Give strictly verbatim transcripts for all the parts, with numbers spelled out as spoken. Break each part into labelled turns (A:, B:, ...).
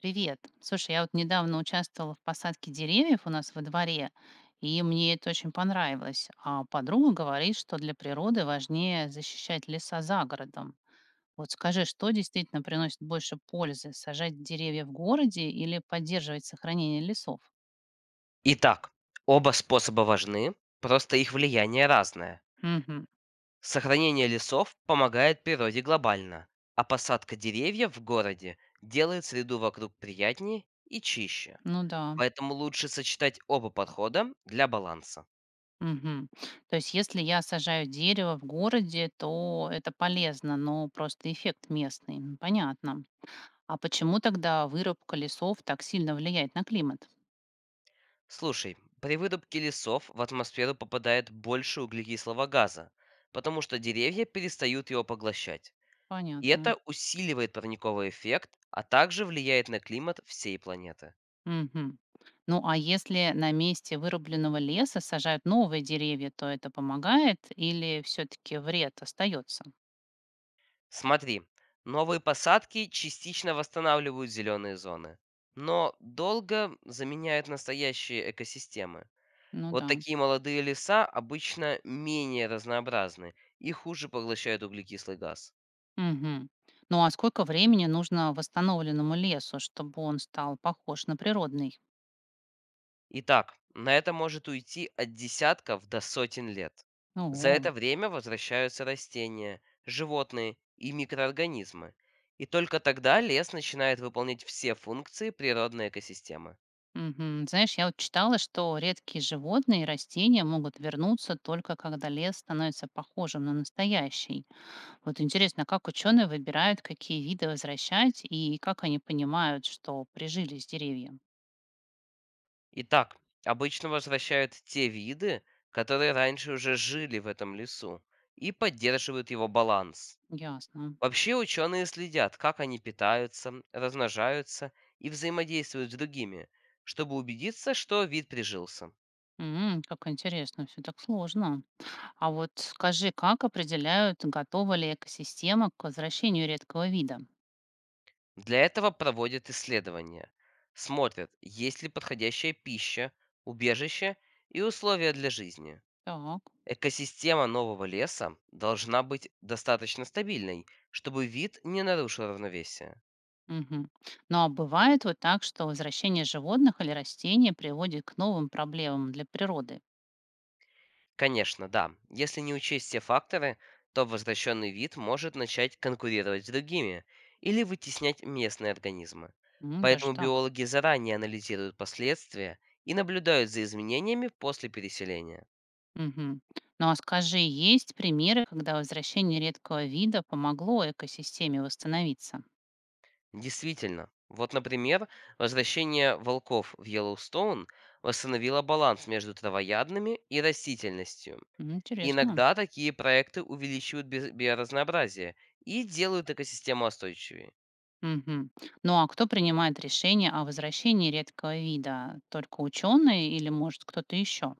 A: Привет. Слушай, я вот недавно участвовала в посадке деревьев у нас во дворе, и мне это очень понравилось. А подруга говорит, что для природы важнее защищать леса за городом. Вот скажи, что действительно приносит больше пользы, сажать деревья в городе или поддерживать сохранение лесов?
B: Итак, оба способа важны, просто их влияние разное.
A: Мгм.
B: Сохранение лесов помогает природе глобально, а посадка деревьев в городе делает среду вокруг приятнее и чище.
A: Ну да.
B: Поэтому лучше сочетать оба подхода для баланса.
A: Мгм. То есть, если я сажаю дерево в городе, то это полезно, но просто эффект местный. М, понятно. А почему тогда вырубка лесов так сильно влияет на климат?
B: Слушай, при вырубке лесов в атмосферу попадает больше углекислого газа, потому что деревья перестают его поглощать. И
A: Понятно.
B: это усиливает парниковый эффект, а также влияет на климат всей планеты.
A: Мгм. Ну а если на месте вырубленного леса сажают новые деревья, то это помогает или все-таки вред остается?
B: Смотри, новые посадки частично восстанавливают зеленые зоны, но долго заменяют настоящие экосистемы.
A: Ну
B: Вот
A: да.
B: такие молодые леса обычно менее разнообразны и хуже поглощают углекислый газ.
A: Мгм. Ну а сколько времени нужно восстановленному лесу, чтобы он стал похож на природный?
B: Итак, на это может уйти от десятков до сотен лет. За
A: Ого.
B: это время возвращаются растения, животные и микроорганизмы. И только тогда лес начинает выполнять все функции природной экосистемы.
A: Мгм. Знаешь, я вот читала, что редкие животные и растения могут вернуться только когда лес становится похожим на настоящий. Вот интересно, как ученые выбирают, какие виды возвращать, и как они понимают, что прижились деревья?
B: Итак, обычно возвращают те виды, которые раньше уже жили в этом лесу, и поддерживают его баланс.
A: Ясно.
B: Вообще ученые следят, как они питаются, размножаются и взаимодействуют с другими, чтобы убедиться, что вид прижился.
A: М, как интересно, все так сложно. А вот скажи, как определяют, готова ли экосистема к возвращению редкого вида?
B: Для этого проводят исследования. Смотрят, есть ли подходящая пища, убежище и условия для жизни.
A: Так.
B: Экосистема нового леса должна быть достаточно стабильной, чтобы вид не нарушил равновесие.
A: Мгм. Ну а бывает вот так, что возвращение животных или растений приводит к новым проблемам для природы?
B: Конечно, да, если не учесть все факторы, то возвращенный вид может начать конкурировать с другими или вытеснять местные организмы.
A: М,
B: Поэтому
A: даже так.
B: биологи заранее анализируют последствия и наблюдают за изменениями после переселения.
A: Мгм. Ну а скажи, есть примеры, когда возвращение редкого вида помогло экосистеме восстановиться?
B: Действительно, вот, например, возвращение волков в Йеллоустоун восстановило баланс между травоядными и растительностью.
A: М, интересно.
B: Иногда такие проекты увеличивают биз- биоразнообразие и делают экосистему устойчивее.
A: Мгм. Ну а кто принимает решение о возвращении редкого вида? Только ученые или, может, кто-то еще?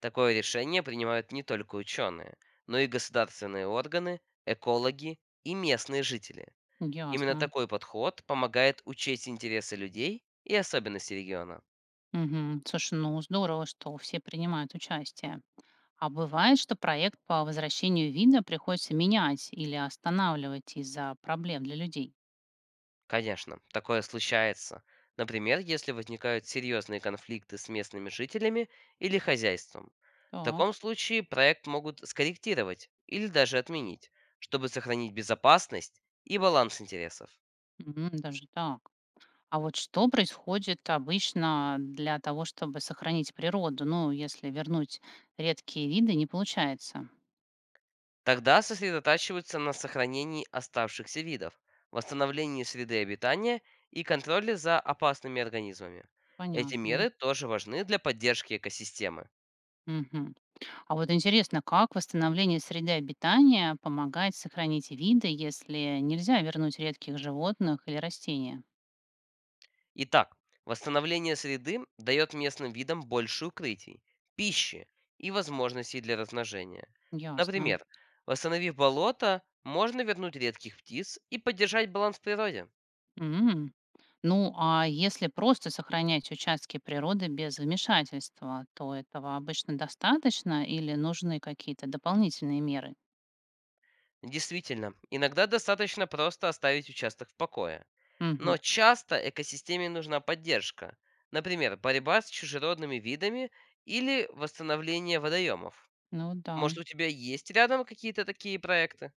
B: Такое решение принимают не только ученые, но и государственные органы, экологи и местные жители. Именно
A: Ясно.
B: такой подход помогает учесть интересы людей и особенности региона.
A: Мгм. Слушай, ну здорово, что все принимают участие. А бывает, что проект по возвращению вида приходится менять или останавливать из-за проблем для людей?
B: Конечно, такое случается. Например, если возникают серьезные конфликты с местными жителями или хозяйством. В
A: Так.
B: таком случае проект могут скорректировать или даже отменить, чтобы сохранить безопасность и баланс интересов.
A: М, даже так. А вот что происходит обычно для того, чтобы сохранить природу? Ну, если вернуть редкие виды, не получается.
B: Тогда сосредотачиваются на сохранении оставшихся видов, восстановлении среды обитания и контроле за опасными организмами. Эти
A: Понятно.
B: меры тоже важны для поддержки экосистемы.
A: Мгм. А вот интересно, как восстановление среды обитания помогает сохранить виды, если нельзя вернуть редких животных или растения?
B: Итак, восстановление среды дает местным видам больше укрытий, пищи и возможностей для размножения.
A: Ясно.
B: Например, восстановив болото, можно вернуть редких птиц и поддержать баланс в природе.
A: М. Ну, а если просто сохранять участки природы без вмешательства, то этого обычно достаточно или нужны какие-то дополнительные меры?
B: Действительно, иногда достаточно просто оставить участок в покое. Но
A: Мгм.
B: часто экосистеме нужна поддержка, например, борьба с чужеродными видами или восстановление водоемов.
A: Ну да.
B: Может, у тебя есть рядом какие-то такие проекты?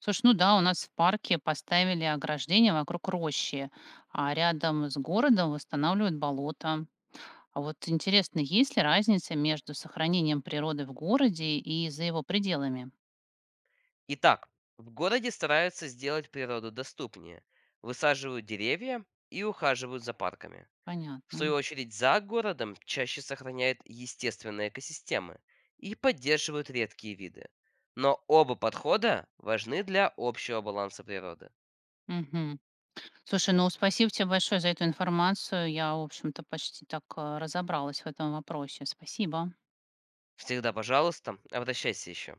A: Слушай, ну да, у нас в парке поставили ограждение вокруг рощи, а рядом с городом восстанавливают болото. А вот интересно, есть ли разница между сохранением природы в городе и за его пределами?
B: Итак, в городе стараются сделать природу доступнее, высаживают деревья и ухаживают за парками. В свою
A: Понятно.
B: очередь, за городом чаще сохраняют естественные экосистемы и поддерживают редкие виды. Но оба подхода важны для общего баланса природы.
A: Мгм. Слушай, ну спасибо тебе большое за эту информацию. Я, в общем-то, почти так э, разобралась в этом вопросе. Спасибо.
B: Всегда, пожалуйста, обращайся еще.